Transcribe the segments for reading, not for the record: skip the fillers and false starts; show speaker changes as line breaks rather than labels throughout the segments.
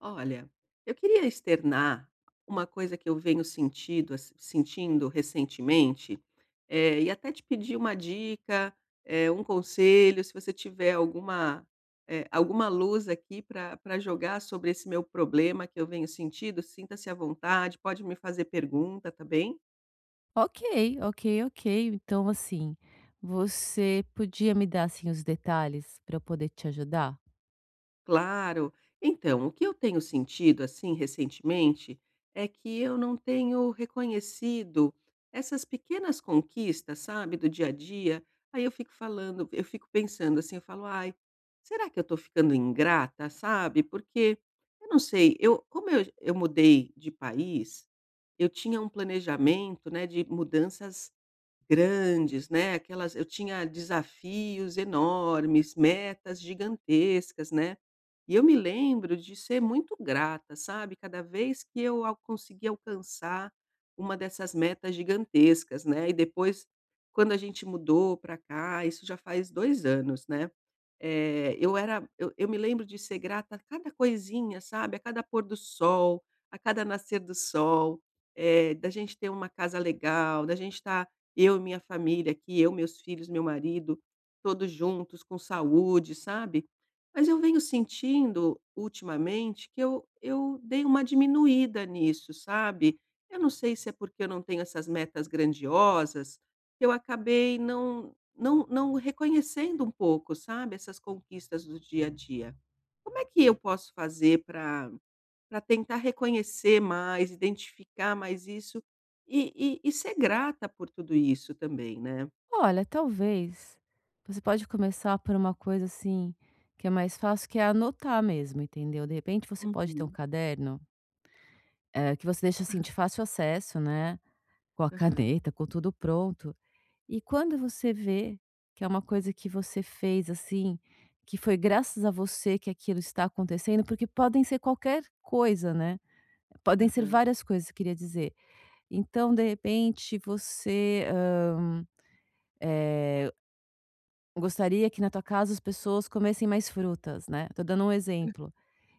Olha, eu queria externar uma coisa que eu venho sentido ass sentindo recentemente, e até te pedir uma dica, um conselho, se você tiver alguma luz aqui para pra jogar sobre esse meu problema que eu venho sentindo. Sinta-se à vontade, pode me fazer pergunta, tá bem?
Ok, ok, ok. Então, assim, você podia me dar assim os detalhes para eu poder te ajudar?
Claro. Então, o que eu tenho sentido, assim, recentemente, é que eu não tenho reconhecido essas pequenas conquistas, sabe, do dia a dia. Aí eu fico pensando assim, eu falo, ai, será que eu estou ficando ingrata, sabe? Porque eu não sei, eu mudei de país, eu tinha um planejamento, né, de mudanças grandes, né, aquelas eu tinha desafios enormes, metas gigantescas, né. E eu me lembro de ser muito grata, sabe, cada vez que eu al conseguia alcançar uma dessas metas gigantescas, né. E depois, quando a gente mudou para cá, isso já faz 2 anos, né, eh, eu era eu me lembro de ser grata a cada coisinha, sabe, a cada pôr do sol, a cada nascer do sol, da gente ter uma casa legal, da gente estar eu e minha família aqui, eu, meus filhos, meu marido, todos juntos, com saúde, sabe. Mas eu venho sentindo, ultimamente, que eu dei uma diminuída nisso, sabe. Eu não sei se é porque eu não tenho essas metas grandiosas, que eu acabei não reconhecendo um pouco, sabe, essas conquistas do dia a dia. Como é que eu posso fazer para tentar reconhecer mais, identificar mais isso e ser grata por tudo isso também, né?
Olha, talvez você pode começar por uma coisa assim que é mais fácil, que é anotar mesmo, entendeu? De repente você pode ter um
Uhum.
caderno que você deixa assim de fácil acesso, né? Com a
Aham,
caneta, com tudo pronto. E quando você vê que é uma coisa que você fez assim, que foi graças a você que aquilo está acontecendo, porque podem ser qualquer coisa, né? Podem ser
aham,
várias coisas, queria dizer. Então, de repente, você, eh, gostaria que na tua casa as pessoas comessem mais frutas, né, tô dando um exemplo.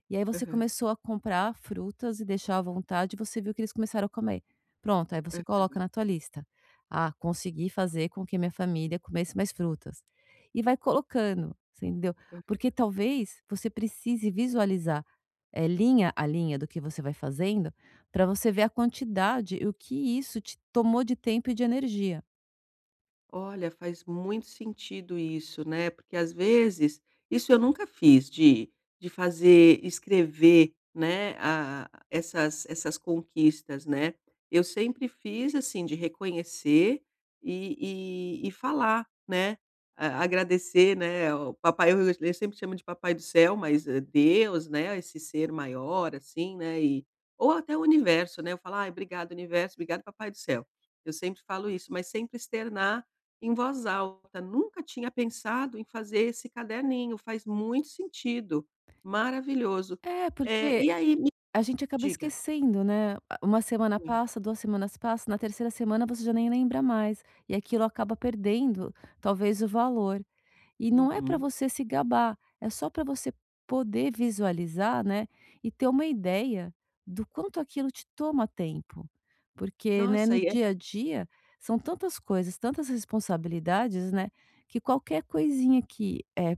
E aí você
aham,
começou a comprar frutas e deixar à vontade, e você viu que eles começaram a comer. Pronto, aí você coloca
aham,
na tua lista: "Ah, consegui fazer com que minha família comesse mais frutas". E vai colocando, você entendeu?
aham.
Porque talvez você precise visualizar, linha a linha do que você vai fazendo, para você ver a quantidade e o que isso te tomou de tempo e de energia.
Olha, faz muito sentido isso, né, porque às vezes isso eu nunca fiz de fazer escrever, né, a essas conquistas, né. Eu sempre fiz, assim, de reconhecer e falar, né, a agradecer, né, o papai, eu sempre chamo de papai do céu, mas, Deus, né, esse ser maior, assim, né, e ou até o universo, né, eu falo: "Ah, obrigado universo, obrigado papai do céu". Eu sempre falo isso, mas sempre externar em voz alta, nunca tinha pensado em fazer esse caderninho. Faz muito sentido, maravilhoso.
É, porque
E aí me
a gente acaba
diga.
esquecendo, né. A uma semana
Muito.
passa, 2 semanas passa, na terceira semana você já nem lembra mais, e aquilo acaba perdendo, talvez, o valor. E não é para
Uhum.
você se gabar, é só para você poder visualizar, né, e ter uma ideia do quanto aquilo te toma tempo. Porque, né,
Nossa,
no
e
dia a dia são tantas coisas, tantas responsabilidades, né, que qualquer coisinha que,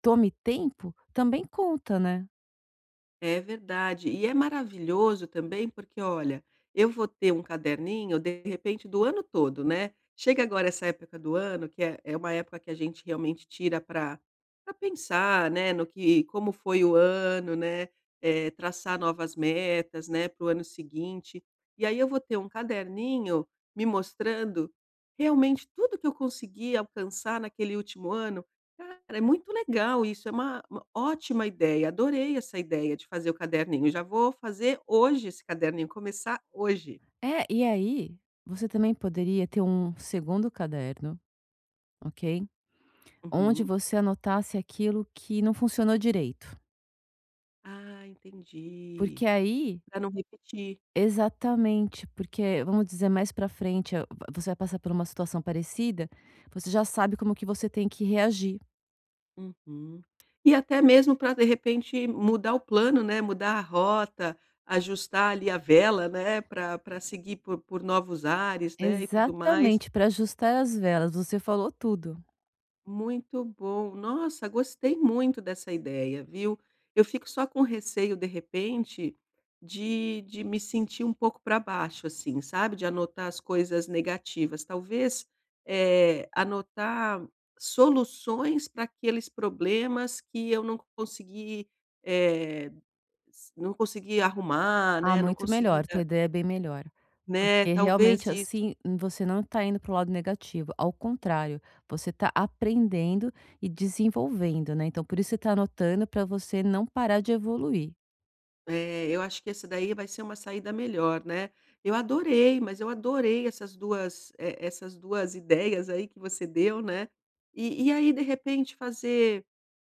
tome tempo também conta, né?
é verdade. E é maravilhoso também, porque olha, eu vou ter um caderninho, de repente, do ano todo, né. Chega agora essa época do ano, que é uma época que a gente realmente tira para pra pensar, né, no que como foi o ano, né, traçar novas metas, né, para o ano seguinte. E aí eu vou ter um caderninho me mostrando realmente tudo que eu consegui alcançar naquele último ano. Cara, é muito legal isso, é uma ótima ideia, adorei essa ideia de fazer o caderninho. Já vou fazer hoje esse caderninho, começar hoje.
É, e aí, você também poderia ter um segundo caderno, ok? Onde
Uhum.
você anotasse aquilo que não funcionou direito.
Ah, entendi.
Porque aí,
Para não repetir.
exatamente, porque vamos dizer mais pra frente, você vai passar por uma situação parecida, você já sabe como que você tem que reagir.
Uhum. E até mesmo para, de repente, mudar o plano, né, mudar a rota, ajustar ali a vela, né, para seguir por novos ares, né, e tudo mais.
Exatamente, para ajustar as velas, você falou tudo.
Muito bom. Nossa, gostei muito dessa ideia, viu. Eu fico só com receio, de repente, de me sentir um pouco para baixo, assim, sabe, de anotar as coisas negativas. Talvez, anotar soluções para aqueles problemas que eu não consegui, eh, s não consegui arrumar,
Ah,
né, não
muito
consegui
melhor,
dar,
tua ideia é bem melhor.
né,
Porque
talvez
realmente
isso.
assim, você não está indo para o lado negativo, ao contrário, você está aprendendo e desenvolvendo, né, então por isso você tá anotando para você não parar de evoluir.
É, eu acho que essa daí vai ser uma saída melhor, né. Eu adorei, mas eu adorei essas 2 ideias aí que você deu, né. E aí, de repente, fazer,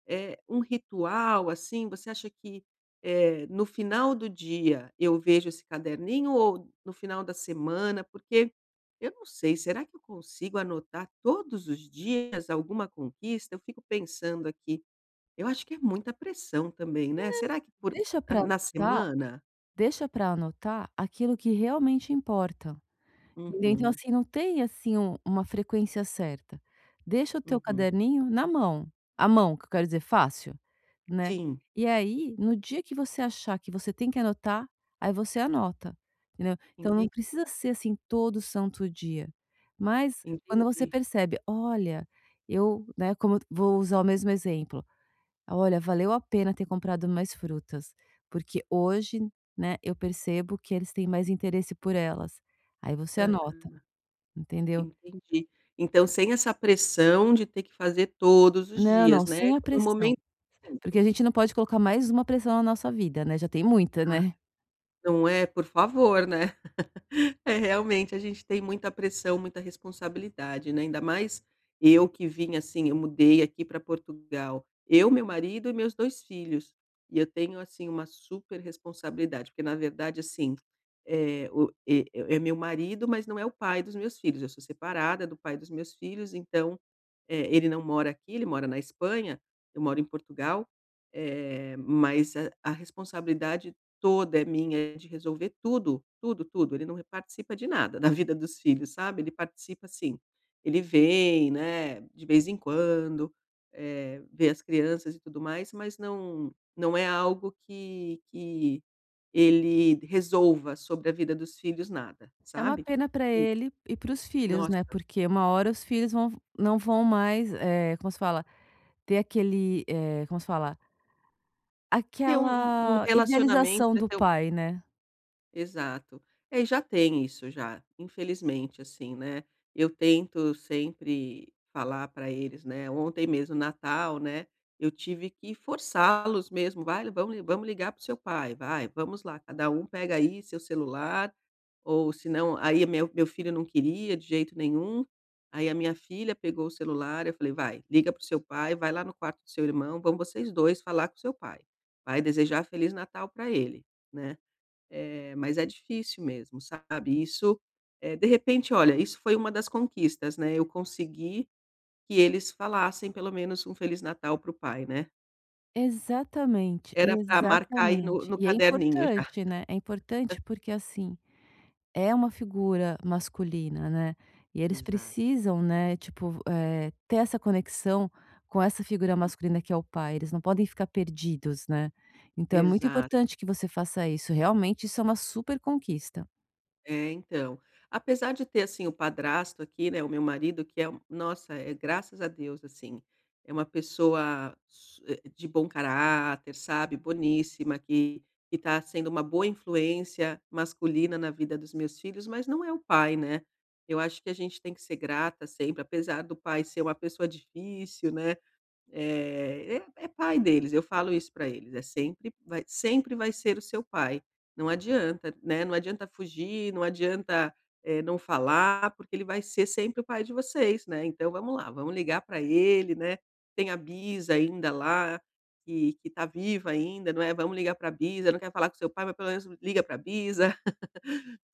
um ritual, assim, você acha que, no final do dia eu vejo esse caderninho ou no final da semana? Porque eu não sei, será que eu consigo anotar todos os dias alguma conquista? Eu fico pensando aqui, eu acho que é muita pressão também, né. Será que por
Deixa
ah,
para
na
anotar
semana?
deixa para anotar aquilo que realmente importa. Entendeu? Então,
Uhum,
assim, não tem, assim, uma frequência certa. Deixa o teu
uhum.
caderninho na mão, a mão, que eu quero dizer, fácil, né.
Sim,
E aí, no dia que você achar que você tem que anotar, aí você anota, entendeu. Então
enten
não precisa ser, assim, todo santo dia, mas quando
entendi.
você percebe: "Olha, eu", né, como eu vou usar o mesmo exemplo: "Olha, valeu a pena ter comprado mais frutas, porque hoje, né, eu percebo que eles têm mais interesse por elas". Aí você
Aham,
anota. Entendeu?
entendi. Então, sem essa pressão de ter que fazer todos os
Não,
dias,
não,
né,
sem a
no
pressão,
momento que
porque a
sinto.
gente não pode colocar mais uma pressão na nossa vida, né, já tem muita,
Ah,
né.
não é? Por favor, né? É, realmente, a gente tem muita pressão, muita responsabilidade, né, ainda mais eu que vim, assim, eu mudei aqui para Portugal. Eu, meu marido e meus 2 filhos. E eu tenho, assim, uma super responsabilidade, porque na verdade, assim, eh, o e é é meu marido, mas não é o pai dos meus filhos. Eu sou separada do pai dos meus filhos, então, ele não mora aqui, ele mora na Espanha, eu moro em Portugal, mas a responsabilidade toda é minha, é de resolver tudo, tudo, tudo. Ele não participa de nada da vida dos filhos, sabe. Ele participa assim, ele vem, né, de vez em quando, vê as crianças e tudo mais, mas não é algo que ele resolva sobre a vida dos filhos nada,
É uma
sabe.
pena para
E
ele e para os filhos,
nossa,
né, porque uma hora os filhos vão não vão mais, como se fala, ter aquele, como se fala,
ter um
aquela
relacionamento,
idealização
né,
do
ter um
pai, né.
exato. É, e já tem isso já, infelizmente, assim, né. Eu tento sempre falar para eles, né, ontem mesmo Natal, né, eu tive que forçá-los mesmo: "Vai, vamos ligar para o seu pai, vai, vamos lá, cada um pega aí seu celular", ou se não, aí meu filho não queria de jeito nenhum. Aí a minha filha pegou o celular, eu falei: "Vai, liga para o seu pai, vai lá no quarto do seu irmão, vão vocês 2 falar com o seu pai, vai desejar feliz Natal para ele", né. Mas é difícil mesmo, sabe. Isso, de repente, olha, isso foi uma das conquistas, né, eu consegui que eles falassem pelo menos um Feliz Natal para o pai, né.
Exatamente,
Era para marcar aí no
exatamente.
no
E é
caderninho já.
importante, né, é importante porque assim é uma figura masculina, né, e eles
Exato,
precisam, né, tipo, ter essa conexão com essa figura masculina que é o pai, eles não podem ficar perdidos, né. Então é muito
exato.
importante que você faça isso, realmente isso é uma super conquista.
É, então. Apesar de ter, assim, o padrasto aqui, né, o meu marido, que é um nossa, é graças a Deus, assim, é uma de bom caráter, sabe, boníssima, que está sendo uma boa influência masculina na vida dos meus filhos, mas não é o pai, né. Eu acho que a gente tem que ser grata sempre. Apesar do pai ser uma pessoa difícil, né, é pai deles, eu falo isso para eles, é sempre vai ser o seu pai, não adianta, né, não adianta fugir, não adianta, não falar, porque ele vai ser sempre o pai de vocês, né, então vamos lá, vamos ligar para ele, né, tem a bisa ainda lá, que tá viva ainda, não é. Vamos ligar para a bisa, não quer falar com seu pai, mas pelo menos liga para a bisa.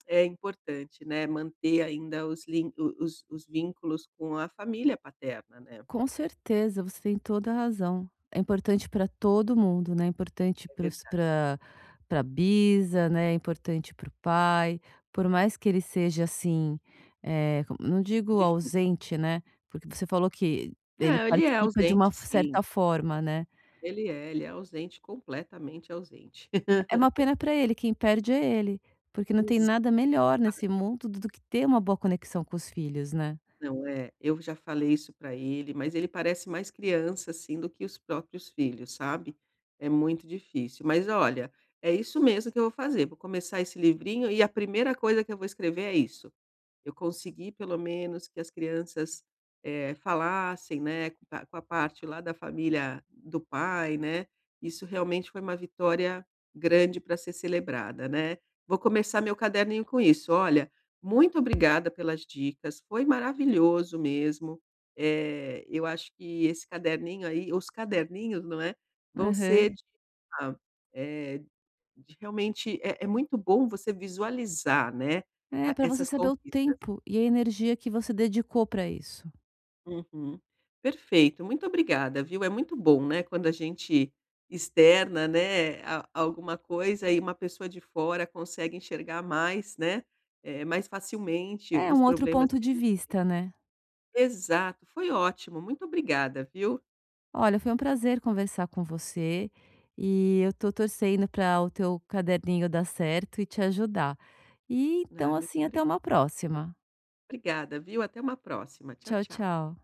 É importante, né, manter ainda os vínculos com a família paterna, né,
Com certeza, você tem toda a razão. É importante para todo mundo, né, é importante
é verdade,
para para bisa, né, é importante para o pai, por mais que ele seja, assim, como não digo
difícil.
ausente, né, porque você falou que ele
É, ele é
participa de uma
ausente sim,
certa forma, né.
ele é ausente, completamente ausente.
É uma pena para ele, quem perde é ele, porque não tem
Exa
nada melhor nesse mundo do que ter uma boa conexão com os filhos, né.
Não, é, eu já falei isso para ele, mas ele parece mais criança, assim, do que os próprios filhos, sabe. É muito difícil, mas olha, é isso mesmo que eu vou fazer, vou começar esse livrinho e a primeira coisa que eu vou escrever é isso. Eu consegui pelo menos que as crianças, falassem, né, com a parte lá da família do pai, né, isso realmente foi uma vitória grande para ser celebrada, né. Vou começar meu caderninho com isso. Olha, muito obrigada pelas dicas, foi maravilhoso mesmo. Eu acho que esse caderninho aí os caderninhos, não é, vão
Aham.
ser de ah, eh, de realmente é muito bom você visualizar, né,
É,
a
para você
essas
saber o
conquistas.
tempo e a energia que você dedicou para isso.
Uhum. Perfeito, muito obrigada, viu? É muito bom, né, quando a gente externa, né, alguma coisa e uma pessoa de fora consegue enxergar mais, né, mais facilmente
É,
os
um outro
problemas.
ponto
Que a
de
gente-
vista, né.
exato, foi ótimo, muito obrigada, viu?
Olha, foi um prazer conversar com você, e eu tô torcendo para o teu caderninho dar certo e te ajudar. E,
Ah,
então,
muito
assim, até
obrigada,
uma próxima.
obrigada, viu? Até uma próxima. Tchau,
Tchau,
tchau.
tchau.